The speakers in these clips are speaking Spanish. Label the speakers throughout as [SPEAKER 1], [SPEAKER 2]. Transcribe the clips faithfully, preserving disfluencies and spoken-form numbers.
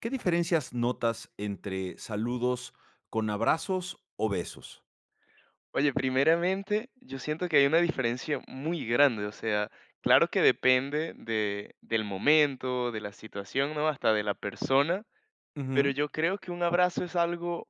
[SPEAKER 1] ¿Qué diferencias notas entre saludos con abrazos o besos?
[SPEAKER 2] Oye, primeramente, yo siento que hay una diferencia muy grande, o sea, claro que depende de, del momento, de la situación, ¿no? Hasta de la persona, pero
[SPEAKER 1] Ujú,
[SPEAKER 2] yo creo que un abrazo es algo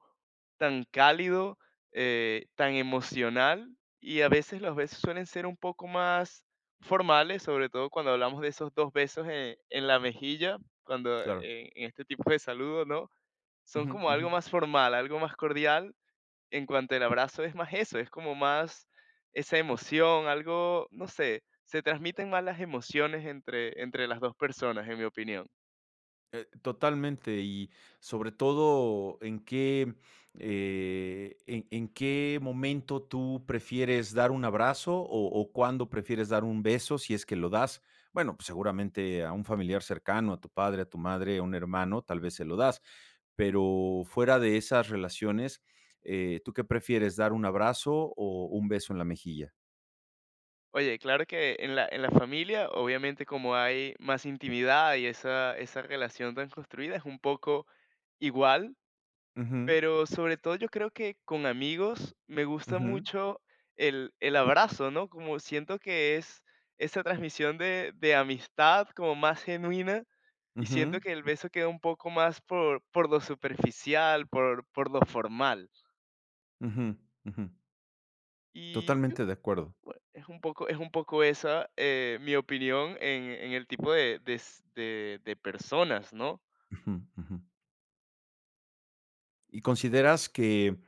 [SPEAKER 2] tan cálido, eh, tan emocional y a veces los besos suelen ser un poco más formales, sobre todo cuando hablamos de esos dos besos en, en la mejilla, cuando
[SPEAKER 1] claro.
[SPEAKER 2] eh, en este tipo de saludos, ¿no? Son
[SPEAKER 1] Ujú,
[SPEAKER 2] como
[SPEAKER 1] ujú.
[SPEAKER 2] algo más formal, algo más cordial. En cuanto al abrazo es más eso, es como más esa emoción, algo, no sé, se transmiten más las emociones entre entre las dos personas, en mi opinión.
[SPEAKER 1] Eh, totalmente, y sobre todo, ¿en qué, eh, en, en qué momento tú prefieres dar un abrazo o, o cuándo prefieres dar un beso si es que lo das? Bueno, pues seguramente a un familiar cercano, a tu padre, a tu madre, a un hermano, tal vez se lo das, pero fuera de esas relaciones, eh, ¿tú qué prefieres, dar un abrazo o un beso en la mejilla?
[SPEAKER 2] Oye, claro que en la en la familia, obviamente, como hay más intimidad y esa esa relación tan construida, es un poco igual.
[SPEAKER 1] Ujú,
[SPEAKER 2] Pero sobre todo yo creo que con amigos me gusta
[SPEAKER 1] ujú,
[SPEAKER 2] mucho el, el abrazo, ¿no? Como siento que es esa transmisión de, de amistad como más genuina, y
[SPEAKER 1] ujú,
[SPEAKER 2] siento que el beso queda un poco más por, por lo superficial, por, por lo formal.
[SPEAKER 1] ujú, ujú.
[SPEAKER 2] Y
[SPEAKER 1] Totalmente de acuerdo.
[SPEAKER 2] bueno, es un poco, es un poco esa eh, mi opinión en, en el tipo de, de s- de- de personas, ¿no?
[SPEAKER 1] Ujú, ujú. ¿Y consideras que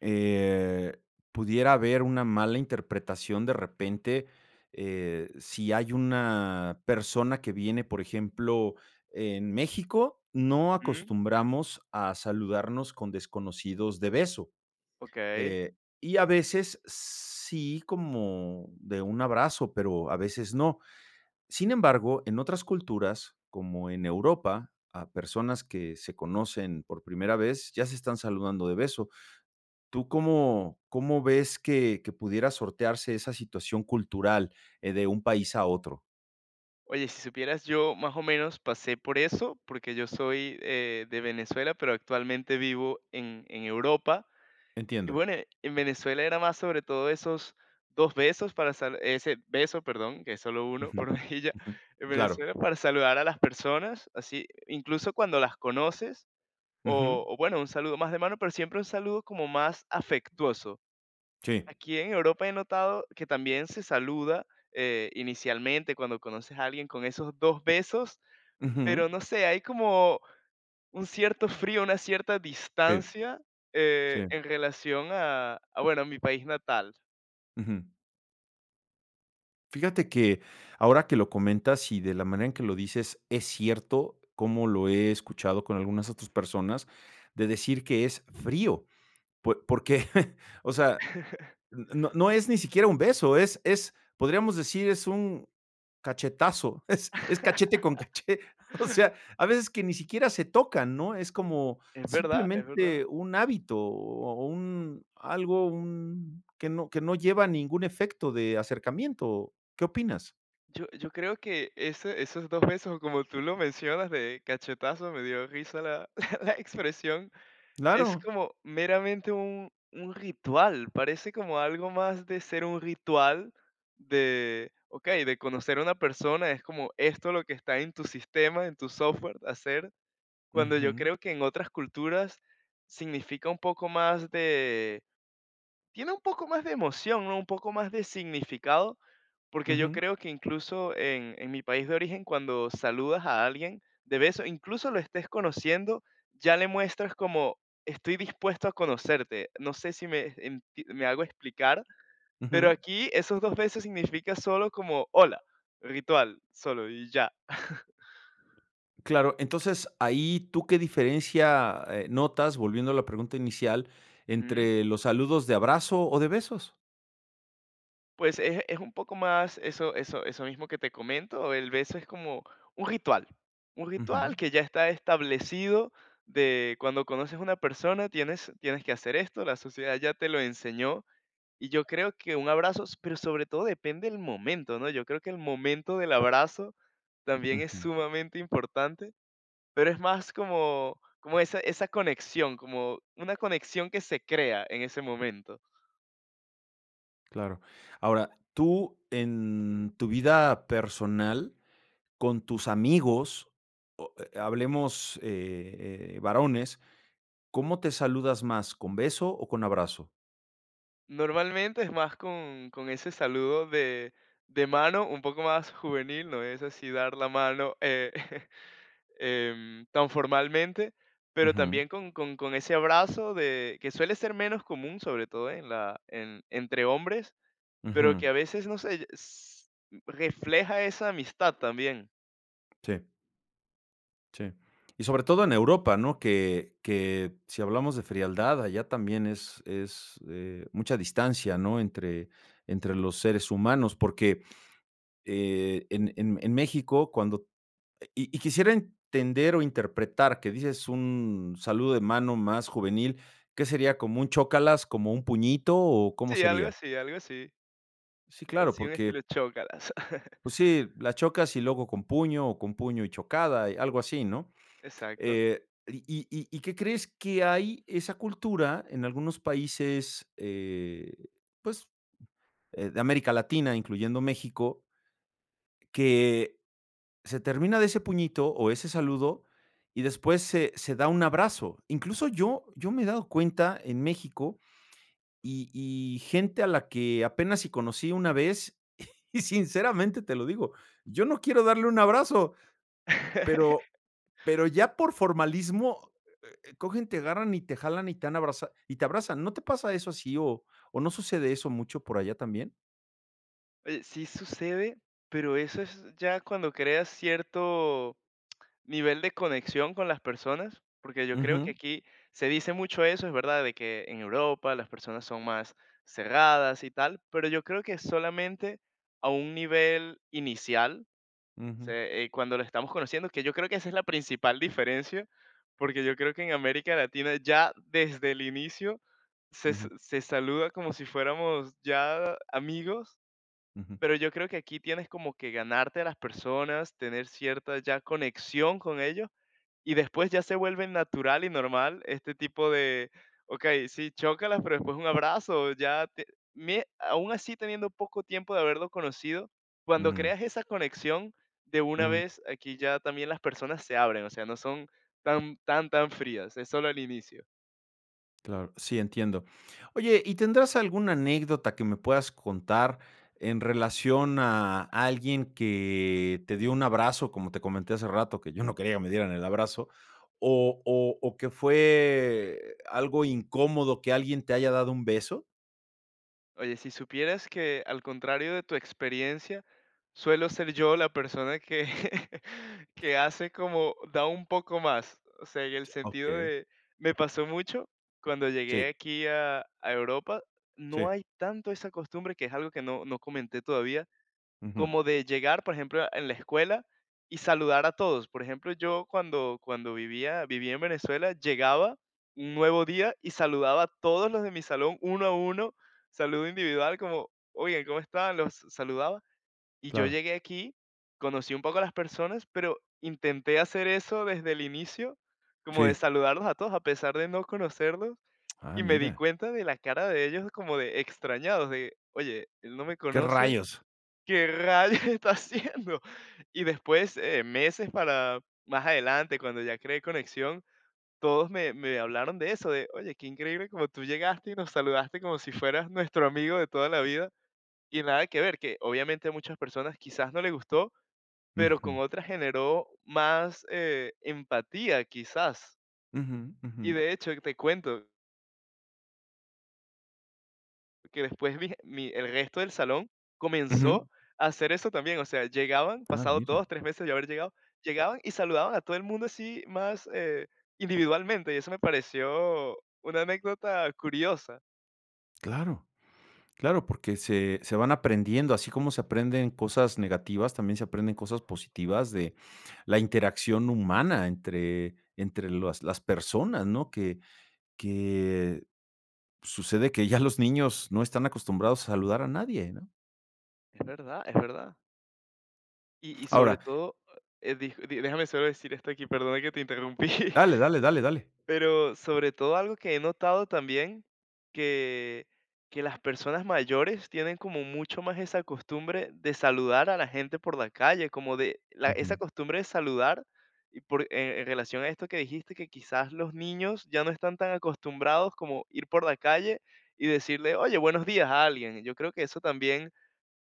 [SPEAKER 1] eh, pudiera haber una mala interpretación de repente eh, si hay una persona que viene, por ejemplo, en México, no
[SPEAKER 2] Ujú,
[SPEAKER 1] acostumbramos a saludarnos con desconocidos de beso?
[SPEAKER 2] ok.
[SPEAKER 1] eh, y a veces sí como de un abrazo, pero a veces no. Sin embargo, en otras culturas, como en Europa, a personas que se conocen por primera vez ya se están saludando de beso. ¿Tú cómo cómo ves que que pudiera sortearse esa situación cultural, eh, de un país a otro?
[SPEAKER 2] Oye, si supieras, yo más o menos pasé por eso, porque yo soy eh, de Venezuela, pero actualmente vivo en, en Europa. Y
[SPEAKER 1] Entiendo.
[SPEAKER 2] bueno, en Venezuela era más sobre todo esos dos besos para sal- ese beso, perdón, que es solo uno
[SPEAKER 1] Ujú,
[SPEAKER 2] por mejilla,
[SPEAKER 1] ujú.
[SPEAKER 2] en
[SPEAKER 1] Claro.
[SPEAKER 2] Venezuela para saludar a las personas, así, incluso cuando las conoces,
[SPEAKER 1] Ujú.
[SPEAKER 2] o, o bueno, un saludo más de mano, pero siempre un saludo como más afectuoso.
[SPEAKER 1] Sí.
[SPEAKER 2] Aquí en Europa he notado que también se saluda eh, inicialmente cuando conoces a alguien con esos dos besos,
[SPEAKER 1] Ujú.
[SPEAKER 2] pero no sé, hay como un cierto frío, una cierta
[SPEAKER 1] Sí,
[SPEAKER 2] distancia, eh,
[SPEAKER 1] sí.
[SPEAKER 2] en relación a a, bueno, a mi país natal.
[SPEAKER 1] Ujú. Fíjate que ahora que lo comentas y de la manera en que lo dices, es cierto, como lo he escuchado con algunas otras personas, de decir que es frío, pue porque, o sea, no, no es ni siquiera un beso, es es, podríamos decir, es un cachetazo, es es cachete con cachete, o sea, a veces que ni siquiera se tocan, ¿no? Es como
[SPEAKER 2] Es verdad, es verdad.
[SPEAKER 1] simplemente un hábito o un algo, un que no que no lleva ningún efecto de acercamiento, ¿qué opinas?
[SPEAKER 2] Yo yo creo que ese esos dos besos, como tú lo mencionas, de cachetazo, me dio risa la la expresión, es
[SPEAKER 1] Claro.
[SPEAKER 2] como meramente un un ritual, parece como algo más de ser un ritual de, okey, de conocer a una persona, es como esto lo que está en tu sistema, en tu software, hacer. Cuando yo
[SPEAKER 1] Ujú,
[SPEAKER 2] creo que en otras culturas significa un poco más de tiene un poco más de emoción, ¿no? Un poco más de significado, porque yo
[SPEAKER 1] ujú,
[SPEAKER 2] creo que incluso en, en mi país de origen, cuando saludas a alguien de beso, incluso lo estés conociendo, ya le muestras como estoy dispuesto a conocerte. No sé si me, enti- me hago explicar, pero
[SPEAKER 1] ujú.
[SPEAKER 2] aquí esos dos besos significa solo como hola, ritual, solo y ya.
[SPEAKER 1] Claro, entonces, ahí, ¿tú qué diferencia, eh, notas, volviendo a la pregunta inicial,
[SPEAKER 2] Ujú.
[SPEAKER 1] entre los saludos de abrazo o de besos?
[SPEAKER 2] Pues es es un poco más eso eso eso mismo que te comento, el beso es como un ritual, un
[SPEAKER 1] Ujú,
[SPEAKER 2] ritual que ya está establecido de cuando conoces a una persona tienes tienes que hacer esto, la sociedad ya te lo enseñó, y yo creo que un abrazo, s- pero sobre todo depende el momento, ¿no? Yo creo que el momento del abrazo también es
[SPEAKER 1] ujú,
[SPEAKER 2] sumamente importante, pero es más como como esa esa conexión, como una conexión que se crea en ese momento.
[SPEAKER 1] claro. Ahora, tú en tu vida personal, con tus amigos, eh, hablemos, eh, eh, varones, ¿cómo te saludas más? ¿Con beso o con abrazo?
[SPEAKER 2] Normalmente es más con, con ese saludo de, de mano, un poco más juvenil, no es así dar la mano eh, em, tan formalmente, pero
[SPEAKER 1] Ujú,
[SPEAKER 2] también con, con- con ese abrazo de, que suele ser menos común, sobre todo en la, en- entre hombres, pero
[SPEAKER 1] ujú,
[SPEAKER 2] que a veces, no sé, s- refleja esa amistad también.
[SPEAKER 1] sí, sí. Y sobre todo en Europa, ¿no? Que, que si hablamos de frialdad, allá también es, es eh, mucha distancia, ¿no? Entre, entre los seres humanos, porque eh, en, en- en México. Cuando Y y quisiera entender o interpretar que dices un saludo de mano más juvenil, ¿qué sería? ¿Como un chócalas, como un puñito o cómo
[SPEAKER 2] Sí, algo
[SPEAKER 1] sería?
[SPEAKER 2] así, algo así.
[SPEAKER 1] Sí, claro,
[SPEAKER 2] Así un
[SPEAKER 1] porque,
[SPEAKER 2] estilo chócalas.
[SPEAKER 1] pues sí, la chocas y luego con puño o con puño y chocada, y algo así, ¿no?
[SPEAKER 2] Exacto.
[SPEAKER 1] Eh, ¿y y y ¿y qué crees que hay esa cultura en algunos países, eh, pues, eh, de América Latina, incluyendo México, que se termina de ese puñito o ese saludo y después se, se da un abrazo. Incluso yo, yo me he dado cuenta en México y, y gente a la que apenas si conocí una vez, y sinceramente te lo digo, yo no quiero darle un abrazo, pero, pero ya por formalismo eh, cogen, te agarran y te jalan, y te, han abraza- y te abrazan. ¿No te pasa eso así o, o no sucede eso mucho por allá también?
[SPEAKER 2] Oye, sí sucede, pero eso es ya cuando creas cierto nivel de conexión con las personas, porque yo creo que
[SPEAKER 1] Ujú,
[SPEAKER 2] aquí se dice mucho eso, es verdad, de que en Europa las personas son más cerradas y tal, pero yo creo que solamente a un nivel inicial, o
[SPEAKER 1] ujú,
[SPEAKER 2] sea, eh, cuando lo estamos conociendo, que yo creo que esa es la principal diferencia, porque yo creo que en América Latina ya desde el inicio se, s-
[SPEAKER 1] ujú,
[SPEAKER 2] se saluda como si fuéramos ya amigos,
[SPEAKER 1] ujú,
[SPEAKER 2] pero yo creo que aquí tienes como que ganarte a las personas, tener cierta ya conexión con ellos, y después ya se vuelve natural y normal este tipo de, okey, sí, chócalas, pero después un abrazo, ya te me aún así teniendo poco tiempo de haberlo conocido, cuando
[SPEAKER 1] mm,
[SPEAKER 2] creas esa conexión de una
[SPEAKER 1] mm.
[SPEAKER 2] vez, aquí ya también las personas se abren, o sea, no son tan, tan, tan frías, es solo al inicio.
[SPEAKER 1] Claro, sí, entiendo. Oye, ¿y tendrás alguna anécdota que me puedas contar en relación a alguien que te dio un abrazo, como te comenté hace rato, que yo no quería que me dieran el abrazo, o o o que fue algo incómodo que alguien te haya dado un beso?
[SPEAKER 2] Oye, si supieras que, al contrario de tu experiencia, suelo ser yo la persona que que hace como da un poco más. O sea, en el sentido
[SPEAKER 1] Okey.
[SPEAKER 2] de me pasó mucho cuando
[SPEAKER 1] Sí,
[SPEAKER 2] llegué aquí a a Europa, no
[SPEAKER 1] sí.
[SPEAKER 2] hay tanto esa costumbre, que es algo que no no comenté todavía,
[SPEAKER 1] Ujú.
[SPEAKER 2] como de llegar, por ejemplo, en la escuela y saludar a todos. Por ejemplo, yo cuando, cuando vivía, vivía en Venezuela, llegaba un nuevo día y saludaba a todos los de mi salón uno a uno, saludo individual, como, oigan, ¿cómo están? Los saludaba. Y yo
[SPEAKER 1] Claro.
[SPEAKER 2] llegué aquí, conocí un poco a las personas, pero intenté hacer eso desde el inicio, como de
[SPEAKER 1] Sí.
[SPEAKER 2] saludarlos a todos, a pesar de no conocerlos.
[SPEAKER 1] Ah,
[SPEAKER 2] Y me di
[SPEAKER 1] mira.
[SPEAKER 2] cuenta de la cara de ellos como de extrañados, de, oye, él no me
[SPEAKER 1] ¿Qué
[SPEAKER 2] conoce,
[SPEAKER 1] rayos?
[SPEAKER 2] ¿qué rayos está haciendo? Y después, eh, meses para más adelante, cuando ya creé conexión, todos me me hablaron de eso, de: "Oye, qué increíble como tú llegaste y nos saludaste como si fueras nuestro amigo de toda la vida", y nada que ver, que obviamente a muchas personas quizás no le gustó, pero con
[SPEAKER 1] Ujú.
[SPEAKER 2] otras generó más, eh, empatía, quizás.
[SPEAKER 1] Ujú, ujú.
[SPEAKER 2] Y de hecho, te cuento que después mi mi el resto del salón
[SPEAKER 1] Ujú.
[SPEAKER 2] comenzó a hacer eso también, o sea, llegaban,
[SPEAKER 1] Ah,
[SPEAKER 2] pasados
[SPEAKER 1] mira.
[SPEAKER 2] dos tres meses de yo haber llegado, llegaban y saludaban a todo el mundo así más, eh, individualmente, y eso me pareció una anécdota curiosa.
[SPEAKER 1] Claro. Claro, porque se se van aprendiendo, así como se aprenden cosas negativas, también se aprenden cosas positivas de la interacción humana entre entre las las personas, ¿no? Que que sucede que ya los niños no están acostumbrados a saludar a nadie, ¿no?
[SPEAKER 2] Es verdad, es verdad. Y y sobre
[SPEAKER 1] Ahora
[SPEAKER 2] todo, eh, dij di déjame solo decir esto aquí, perdona que te interrumpí.
[SPEAKER 1] dale, dale, dale, dale.
[SPEAKER 2] Pero sobre todo algo que he notado también, que, que las personas mayores tienen como mucho más esa costumbre de saludar a la gente por la calle, como de la-
[SPEAKER 1] Ujú.
[SPEAKER 2] esa costumbre de saludar, y por, en, en relación a esto que dijiste, que quizás los niños ya no están tan acostumbrados como ir por la calle y decirle, oye, buenos días a alguien. Yo creo que eso también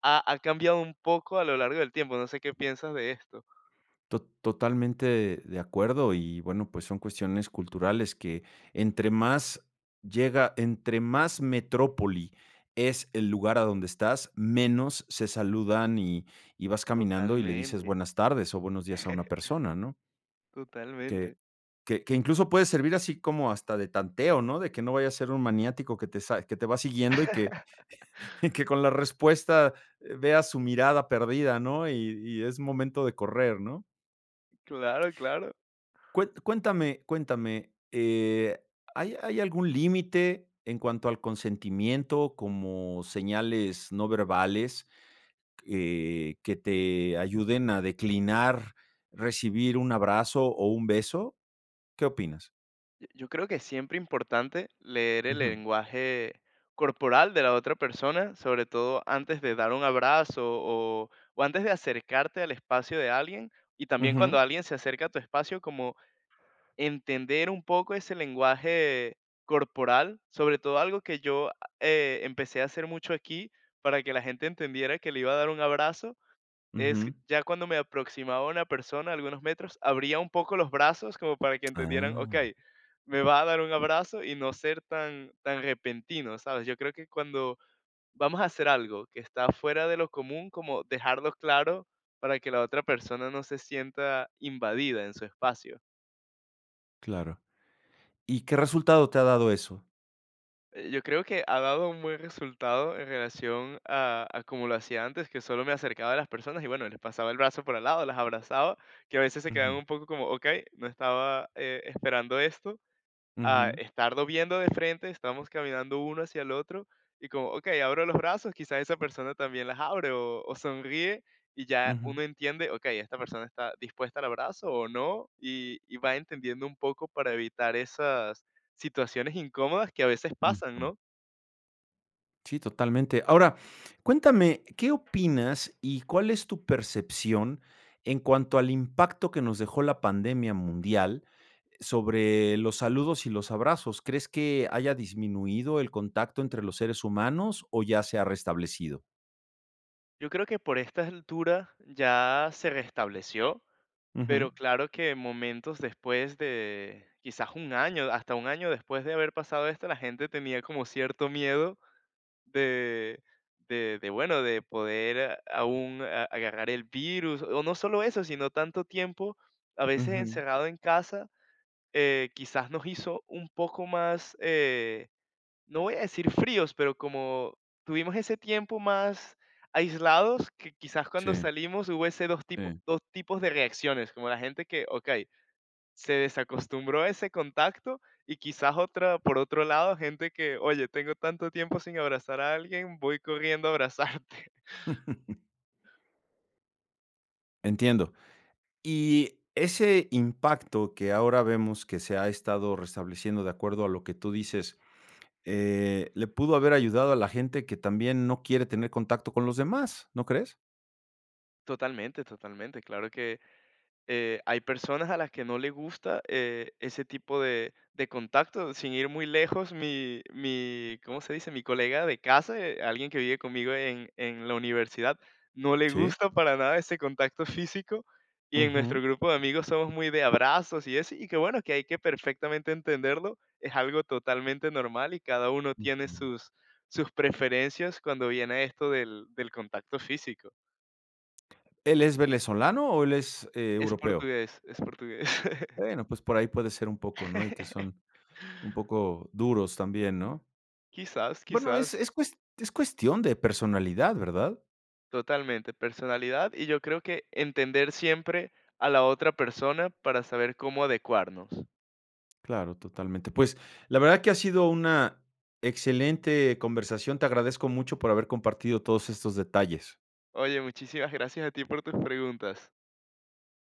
[SPEAKER 2] ha, ha cambiado un poco a lo largo del tiempo. No sé qué piensas de esto.
[SPEAKER 1] To- Totalmente de acuerdo y bueno, pues son cuestiones culturales que entre más llega, entre más metrópoli es el lugar a donde estás, menos se saludan y, y vas caminando y le dices
[SPEAKER 2] Totalmente,
[SPEAKER 1] buenas tardes o buenos días a una persona, ¿no? Que,
[SPEAKER 2] totalmente.
[SPEAKER 1] que, que incluso puede servir así como hasta de tanteo, ¿no? De que no vaya a ser un maniático que te, sa- que te va siguiendo y que, y que con la respuesta eh, veas su mirada perdida, ¿no? Y, y es momento de correr, ¿no?
[SPEAKER 2] Claro, claro.
[SPEAKER 1] Cuen cuéntame cuéntame, eh, ¿hay hay algún límite en cuanto al consentimiento, como señales no verbales, eh, que te ayuden a declinar recibir un abrazo o un beso? ¿Qué opinas?
[SPEAKER 2] Yo yo creo que es siempre importante leer el
[SPEAKER 1] Ujú,
[SPEAKER 2] lenguaje corporal de la otra persona, sobre todo antes de dar un abrazo o, o antes de acercarte al espacio de alguien, y también
[SPEAKER 1] ujú,
[SPEAKER 2] cuando alguien se acerca a tu espacio, como entender un poco ese lenguaje corporal. Sobre todo algo que yo eh, empecé a hacer mucho aquí para que la gente entendiera que le iba a dar un abrazo es
[SPEAKER 1] ujú.
[SPEAKER 2] ya cuando me aproximaba a una persona, a algunos metros, abría un poco los brazos como para que entendieran,
[SPEAKER 1] Ah,
[SPEAKER 2] okey, me va a dar un abrazo, y no ser tan tan repentino, ¿sabes? Yo creo que cuando vamos a hacer algo que está fuera de lo común, como dejarlo claro para que la otra persona no se sienta invadida en su espacio.
[SPEAKER 1] claro. ¿Y qué resultado te ha dado eso?
[SPEAKER 2] Eh, yo creo que ha dado un buen resultado en relación a a como lo hacía antes, que solo me acercaba a las personas y, bueno, les pasaba el brazo por al lado, las abrazaba, que a veces se quedaban
[SPEAKER 1] Ujú,
[SPEAKER 2] un poco como: "Okey, no estaba, eh, esperando esto", a
[SPEAKER 1] ujú,
[SPEAKER 2] estarlo viendo de frente, estamos caminando uno hacia el otro y como: "Okey, abro los brazos", quizás esa persona también las abre o o sonríe, y ya
[SPEAKER 1] ujú,
[SPEAKER 2] uno entiende: "Okey, esta persona está dispuesta al abrazo o no", y y va entendiendo un poco para evitar esas situaciones incómodas que a veces pasan,
[SPEAKER 1] ujú.
[SPEAKER 2] ¿no?
[SPEAKER 1] Sí, totalmente. Ahora, cuéntame, ¿qué opinas y cuál es tu percepción en cuanto al impacto que nos dejó la pandemia mundial sobre los saludos y los abrazos? ¿Crees que haya disminuido el contacto entre los seres humanos o ya se ha restablecido?
[SPEAKER 2] Yo creo que por esta altura ya se restableció,
[SPEAKER 1] Ujú,
[SPEAKER 2] pero claro que momentos después de quizás un año, hasta un año después de haber pasado esto, la gente tenía como cierto miedo de, de, de, bueno, de poder a- aún a- agarrar el virus, o no solo eso, sino tanto tiempo a veces
[SPEAKER 1] ujú,
[SPEAKER 2] encerrado en casa, eh, quizás nos hizo un poco más eh, no voy a decir fríos, pero como tuvimos ese tiempo más aislados, que quizás cuando
[SPEAKER 1] sí,
[SPEAKER 2] salimos hubo ese dos, tipo-
[SPEAKER 1] sí.
[SPEAKER 2] dos tipos de reacciones, como la gente que, ok, se desacostumbró a ese contacto, y quizás otra, por otro lado, gente que, oye, tengo tanto tiempo sin abrazar a alguien, voy corriendo a abrazarte.
[SPEAKER 1] Entiendo. Y ese impacto que ahora vemos que se ha estado restableciendo de acuerdo a lo que tú dices, Eh, le pudo haber ayudado a la gente que también no quiere tener contacto con los demás, ¿no crees?
[SPEAKER 2] Totalmente, totalmente, claro que eh, hay personas a las que no le gusta eh, ese tipo de, de contacto. Sin ir muy lejos, mi, mi, ¿cómo se dice? Mi colega de casa, eh, alguien que vive conmigo en, en la universidad, no le
[SPEAKER 1] Sí.
[SPEAKER 2] gusta para nada ese contacto físico. Y en
[SPEAKER 1] Ujú,
[SPEAKER 2] nuestro grupo de amigos somos muy de abrazos y eso, y que bueno, que hay que perfectamente entenderlo, es algo totalmente normal y cada uno tiene
[SPEAKER 1] ujú.
[SPEAKER 2] sus, sus preferencias cuando viene esto del, del contacto físico.
[SPEAKER 1] ¿Él es venezolano o él es, eh,
[SPEAKER 2] Es
[SPEAKER 1] europeo?
[SPEAKER 2] portugués, es portugués.
[SPEAKER 1] Bueno, pues por ahí puede ser un poco, ¿no? Y que son un poco duros también, ¿no?
[SPEAKER 2] Quizás,
[SPEAKER 1] Bueno, es
[SPEAKER 2] quizás,
[SPEAKER 1] es cues es cuestión de personalidad, ¿verdad?
[SPEAKER 2] totalmente. Personalidad, y yo creo que entender siempre a la otra persona para saber cómo adecuarnos.
[SPEAKER 1] Claro, totalmente. Pues, la verdad que ha sido una excelente conversación. Te agradezco mucho por haber compartido todos estos detalles.
[SPEAKER 2] Oye, muchísimas gracias a ti por tus preguntas.